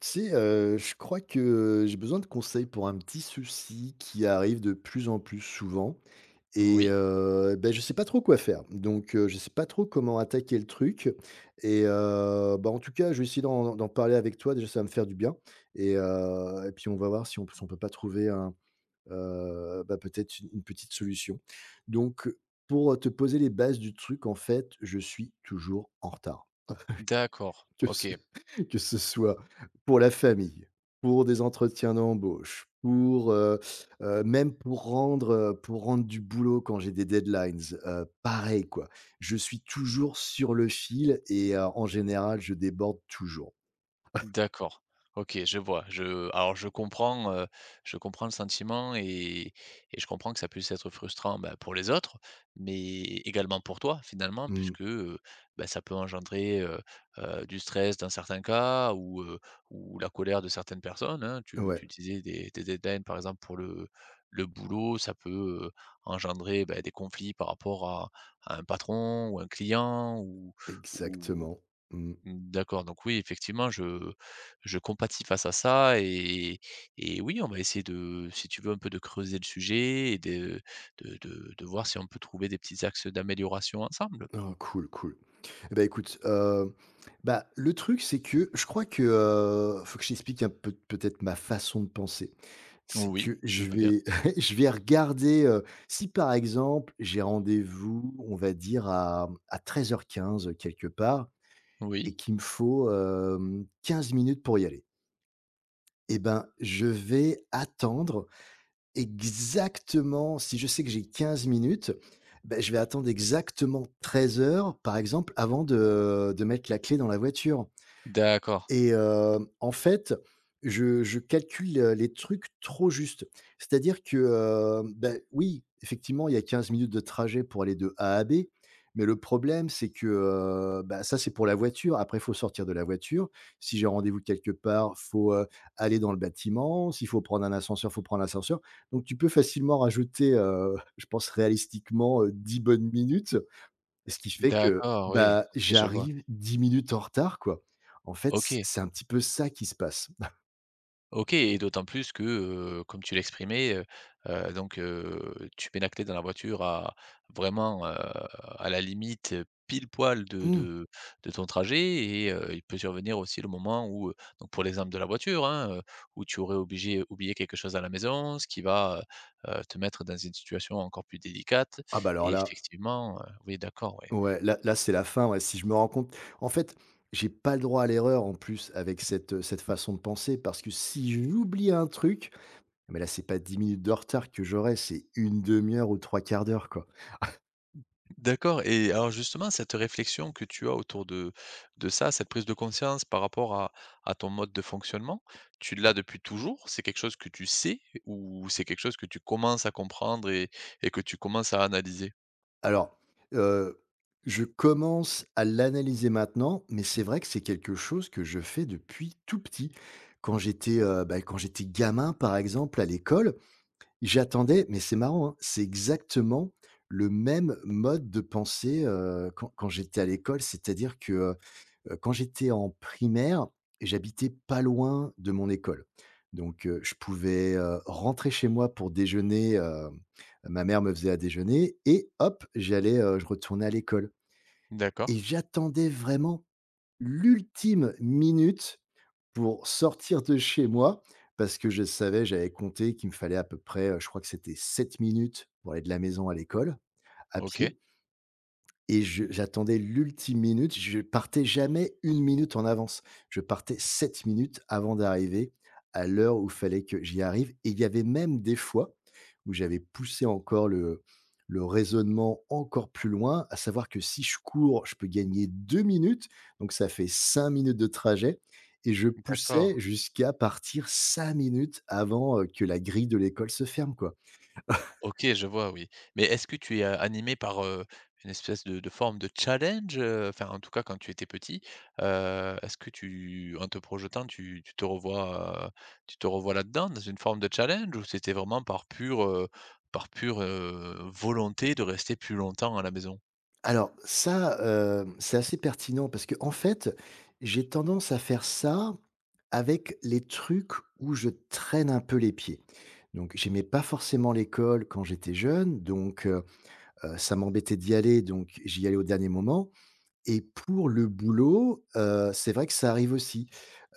Tu sais, je crois que j'ai besoin de conseils pour un petit souci qui arrive de plus en plus souvent et Oui, je sais pas trop quoi faire. Donc je sais pas trop comment attaquer le truc et en tout cas, je vais essayer d'en parler avec toi. Déjà, ça va me faire du bien et puis on va voir si on peut pas trouver un, peut-être une petite solution. Donc pour te poser les bases du truc, en fait, je suis toujours en retard. d'accord, Que ce OK, que ce soit pour la famille, pour des entretiens d'embauche, pour, même pour rendre du boulot quand j'ai des deadlines, pareil quoi. Je suis toujours sur le fil et en général, je déborde toujours. d'accord, OK, je vois. Je alors je comprends le sentiment et je comprends que ça puisse être frustrant, bah, pour les autres, mais également pour toi finalement Mmh, puisque, bah, ça peut engendrer, du stress dans certains cas ou la colère de certaines personnes, hein. Tu ouais, tu disais des deadlines par exemple pour le boulot, ça peut, heu, engendrer, bah, des conflits par rapport à un patron ou un client ou exactement. Mmh. D'accord, donc oui, effectivement, je compatis face à ça et oui, on va essayer de si tu veux, un peu de creuser le sujet et de voir si on peut trouver des petits axes d'amélioration ensemble. Oh cool, cool. Eh ben écoute, le truc, c'est que je crois que, faut que je t'explique un peu peut-être ma façon de penser. C'est Oui, que je je veux bien. vais je vais regarder, si par exemple j'ai rendez-vous, on va dire à 13h15 quelque part et Oui. qu'il me faut, 15 minutes pour y aller et ben, je vais attendre. Exactement, si je sais que j'ai 15 minutes, bah, je vais attendre exactement 13h, par exemple, avant de mettre la clé dans la voiture. D'accord, Et en fait, je calcule, les trucs trop juste. C'est-à-dire que, oui, effectivement, il y a 15 minutes de trajet pour aller de A à B, mais le problème, c'est que, ça, c'est pour la voiture. Après, il faut sortir de la voiture. Si j'ai rendez-vous quelque part, faut, aller dans le bâtiment. S'il faut prendre un ascenseur, faut prendre l'ascenseur. Donc tu peux facilement rajouter, je pense réalistiquement, 10 bonnes minutes. Et ce qui fait que, d'accord, oui. bah, OK, je vois. j'arrive 10 minutes en retard, quoi. En fait, c OK. c'est un petit peu ça qui se passe. OK et d'autant plus que, comme tu l'exprimais, donc tu pénaclais dans la voiture à vraiment, à la limite, pile poil de Mmh. de de ton trajet et il peut survenir aussi le moment où, donc pour l'exemple de la voiture, hein, où tu aurais obligé oublié quelque chose à la maison, ce qui va, te mettre dans une situation encore plus délicate Ah bah, alors et là, effectivement, oui d'accord, ouais. ouais, là là, c'est la fin, ouais, si je me rends compte en fait, j'ai pas le droit à l'erreur, en plus, avec cette, cette façon de penser parce que si j'oublie un truc, mais là, c'est pas 10 minutes de retard que j'aurai, c'est une demi heure ou trois quarts d'heure, quoi. D'accord et alors justement, cette réflexion que tu as autour de ça, cette prise de conscience par rapport à ton mode de fonctionnement, tu l'as depuis toujours? C'est quelque chose que tu sais ou c'est quelque chose que tu commences à comprendre et que tu commences à analyser? Alors, heu, je commence à l'analyser maintenant, mais c'est vrai que c'est quelque chose que je fais depuis tout petit. Quand j'étais, quand j'étais gamin, par exemple, à l'école, j'attendais, mais c'est marrant, hein, c'est exactement le même mode de pensée, quand j'étais à l'école. C'est-à-dire que, quand j'étais en primaire, j'habitais pas loin de mon école. Donc je pouvais, rentrer chez moi pour déjeuner, ma mère me faisait à déjeuner et hop, j'allais, je retournais à l'école D'accord, et j'attendais vraiment l'ultime minute pour sortir de chez moi parce que je savais, j'avais compté qu'il me fallait à peu près, je crois que c'était 7 minutes pour aller de la maison à l'école à pied OK, et je j'attendais l'ultime minute, je partais jamais une minute en avance. Je partais 7 minutes avant d'arriver à l'heure où fallait que j'y arrive et il y avait même des fois où j'avais poussé encore le raisonnement encore plus loin, à savoir que si je cours, je peux gagner 2 minutes, donc ça fait 5 minutes de trajet et je d'accord. poussais jusqu'à partir 5 minutes avant, que la grille de l'école se ferme, quoi. OK, je vois, oui. Mais est-ce que tu es, animé par, une espèce de forme de challenge, heu? Enfin, en tout cas, quand tu étais petit, est-ce que tu en te projetant, tu te revois, tu te revois là-dedans, dans une forme de challenge? Ou c'était vraiment par pure, volonté de rester plus longtemps à la maison? Alors ça, c'est assez pertinent parce que en fait, j'ai tendance à faire ça avec les trucs où je traîne un peu les pieds. Donc j'aimais pas forcément l'école quand j'étais jeune, donc ça m'embêtait d'y aller, donc j'y allais au dernier moment. Et pour le boulot, c'est vrai que ça arrive aussi,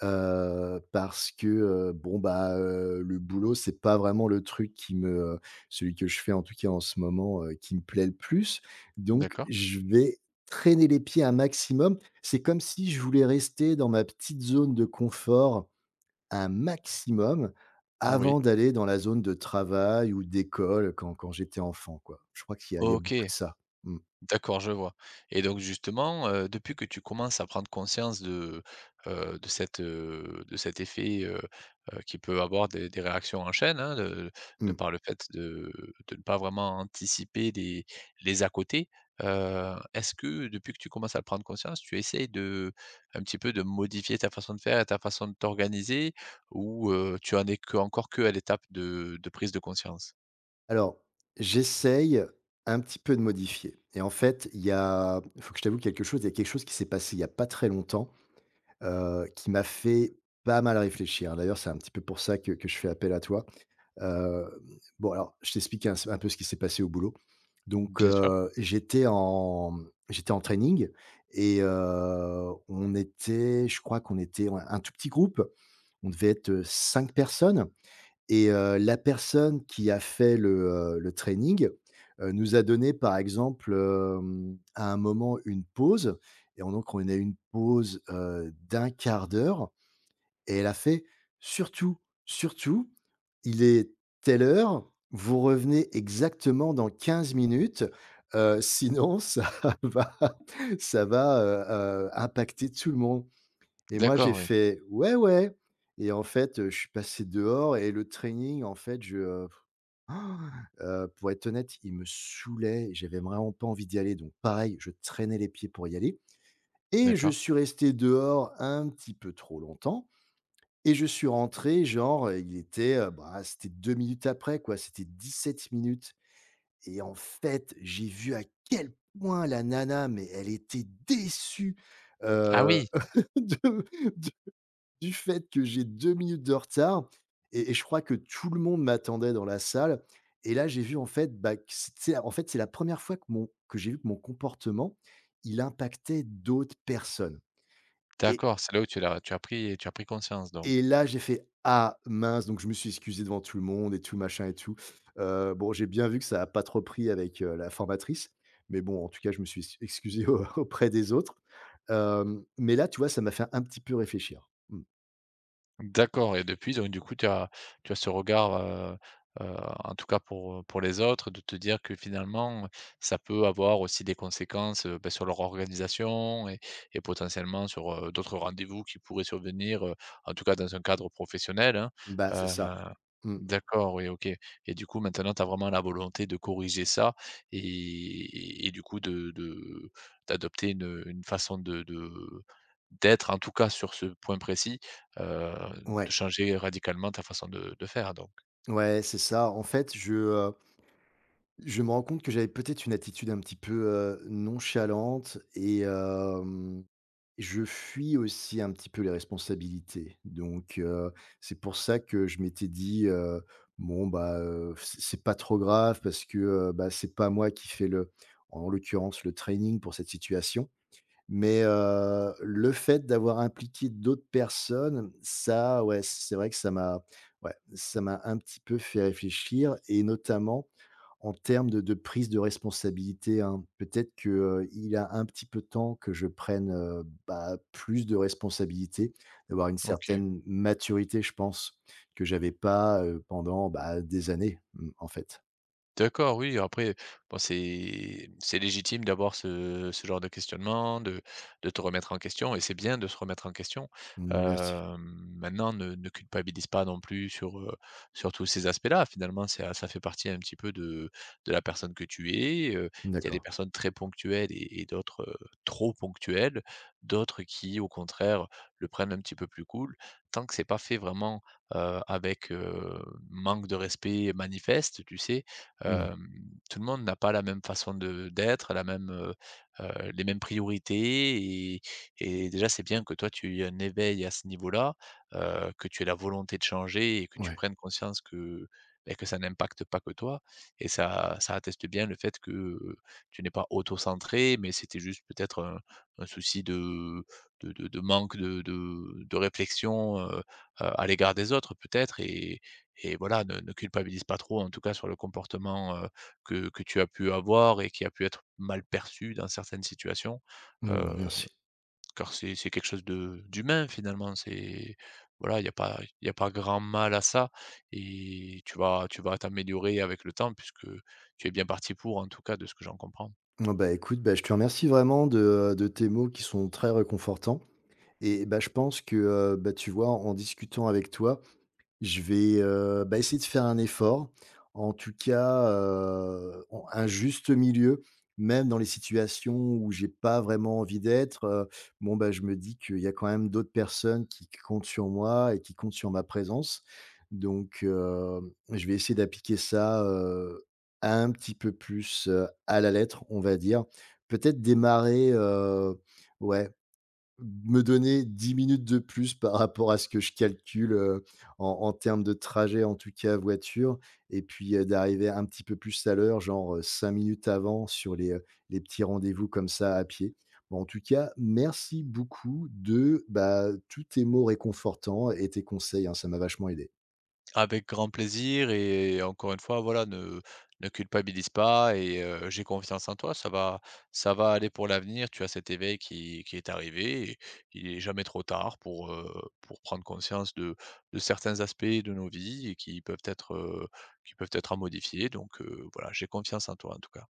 parce que, le boulot, c'est pas vraiment le truc qui me, celui que je fais en tout cas en ce moment, qui me plaît le plus. Donc D'accord, je vais traîner les pieds un maximum. C'est comme si je voulais rester dans ma petite zone de confort un maximum avant oui. d'aller dans la zone de travail ou d'école quand j'étais enfant, quoi. Je crois qu'il y a beaucoup OK. de ça. Mmh. D'accord, je vois et donc justement, depuis que tu commences à prendre conscience de cette, de cet effet, qui peut avoir des réactions en chaîne, hein, de Mmh. par le fait de ne pas vraiment anticiper les à côté, est-ce que depuis que tu commences à prendre conscience, tu essayes de un petit peu de modifier ta façon de faire et ta façon de t'organiser ou, tu en es que encore qu'à l'étape de prise de conscience? Alors, j'essaye un petit peu de modifier et en fait, il y a faut que je t'avoue quelque chose, il y a quelque chose qui s'est passé il y a pas très longtemps, qui m'a fait pas mal réfléchir. D'ailleurs, c'est un petit peu pour ça que je fais appel à toi. Hem, bon alors, je t'explique un peu ce qui s'est passé au boulot. Mmh. Donc, Bien sûr. J'étais en, j'étais en training et on était, je crois qu'on était, ouais, un tout petit groupe. On devait être, 5 personnes et la personne qui a fait le training, nous a donné, par exemple, à un moment, une pause et on donc on a eu une pause, d'un quart d'heure et elle a fait: «Surtout, surtout, il est telle heure, vous revenez exactement dans 15 minutes, sinon ça va ça va, impacter tout le monde». Et moi, j'ai D'accord, oui. fait: «Ouais, ouais», et en fait, je suis passé dehors et le training, en fait, pour être honnête, il me saoulait, j'avais vraiment pas envie d'y aller, donc pareil, je traînais les pieds pour y aller et je D'accord. suis resté dehors un petit peu trop longtemps et je suis rentré genre, il était, c'était 2 minutes après, quoi, c'était 17 minutes et en fait, j'ai vu à quel point la nana, mais elle était déçue. Mmh. Ah oui! de du fait que j'ai 2 minutes de retard et je crois que tout le monde m'attendait dans la salle et là, j'ai vu en fait, bah, que c'est en fait, c'est la première fois que mon que j'ai vu que mon comportement, il impactait d'autres personnes et D'accord, c'est là où tu as pris conscience donc. Là, j'ai fait: «Ah mince!», donc je me suis excusé devant tout le monde et tout machin et tout. Bon, j'ai bien vu que ça a pas trop pris avec, la formatrice, mais bon, en tout cas, je me suis ex excusé au auprès des autres. Mais là, tu vois, ça m'a fait un petit peu réfléchir. Mmh. D'accord et depuis donc du coup tu as ce regard, heu, en tout cas pour les autres, de te dire que finalement, ça peut avoir aussi des conséquences, bah, sur leur organisation et potentiellement sur, d'autres rendez-vous qui pourraient survenir, en tout cas dans un cadre professionnel, hein, Bah, c'est heu ça. Mmh. D'accord, oui, OK et du coup, maintenant, tu as vraiment la volonté de corriger ça et du coup de d'adopter une façon de d'être, en tout cas sur ce point précis, heu, de Ouais. changer radicalement ta façon de faire donc. Ouais, c'est ça. En fait, je me rends compte que j'avais peut-être une attitude un petit peu, nonchalante et je fuis aussi un petit peu les responsabilités. Donc c'est pour ça que je m'étais dit, «Bon, bah, c'est pas trop grave parce que, c'est pas moi qui fais le, en l'occurrence, le training pour cette situation». Mais, le fait d'avoir impliqué d'autres personnes, ça, ouais, c'est vrai que ça m'a, ouais, ça m'a un petit peu fait réfléchir, et notamment en termes de prise de responsabilité, hein. Peut-être que, il a un petit peu de temps que je prenne, plus de responsabilité, d'avoir une OK. certaine maturité, je pense, que j'avais pas, pendant, bah, des années, en fait. D'accord, oui, après, bon, c'est légitime d'avoir ce genre de questionnement, de te remettre en question et c'est bien de se remettre en question. Mmh, merci. Hem, maintenant ne culpabilise pas non plus sur, sur tous ces aspects-là. Finalement, ça fait partie un petit peu de la personne que tu es, il y a des D'accord. personnes très ponctuelles et d'autres, trop ponctuelles, d'autres qui, au contraire, le prennent un petit peu plus cool. Tant que c'est pas fait vraiment, avec, manque de respect manifeste, tu sais? Mmh, Hem, tout le monde n'a pas la même façon de d'être, la même, les mêmes priorités et déjà, c'est bien que toi, tu aies un éveil à ce niveau-là, que tu aies la volonté de changer et que tu ouais. prennes conscience que, beh, que ça n'impacte pas que toi et ça atteste bien le fait que, tu n'es pas auto-centré, mais c'était juste peut-être un souci de manque de réflexion, à l'égard des autres peut-être et voilà, ne culpabilise pas trop, en tout cas, sur le comportement, que tu as pu avoir et qui a pu être mal perçu dans certaines situations, Mmh, heu, merci. car c'est quelque chose de d'humain, finalement. C'est voilà, il y a pas grand mal à ça et tu vas t'améliorer avec le temps puisque tu es bien parti pour, en tout cas, de ce que j'en comprends. Oh bah, écoute, bah, je te remercie vraiment de tes mots qui sont très réconfortants, et bah, je pense que, tu vois, en discutant avec toi, je vais, essayer de faire un effort. En tout cas, on un juste milieu, même dans les situations où j'ai pas vraiment envie d'être, bon, bah, je me dis qu'il y a quand même d'autres personnes qui comptent sur moi et qui comptent sur ma présence. Donc, je vais essayer d'appliquer ça, un petit peu plus, à la lettre, on va dire. Peut-être démarrer, ouais, me donner 10 minutes de plus par rapport à ce que je calcule, en termes de trajet, en tout cas voiture, et puis, d'arriver un petit peu plus à l'heure, genre, 5 minutes avant sur les petits rendez-vous comme ça à pied. Bon, en tout cas, merci beaucoup de, bah, tous tes mots réconfortants et tes conseils, hein, ça m'a vachement aidé. Avec grand plaisir et encore une fois, voilà, ne culpabilise pas et j'ai confiance en toi, ça va aller pour l'avenir. Tu as cet éveil qui est arrivé et il est jamais trop tard pour prendre conscience de certains aspects de nos vies et qui peuvent être à modifier donc voilà, j'ai confiance en toi, en tout cas.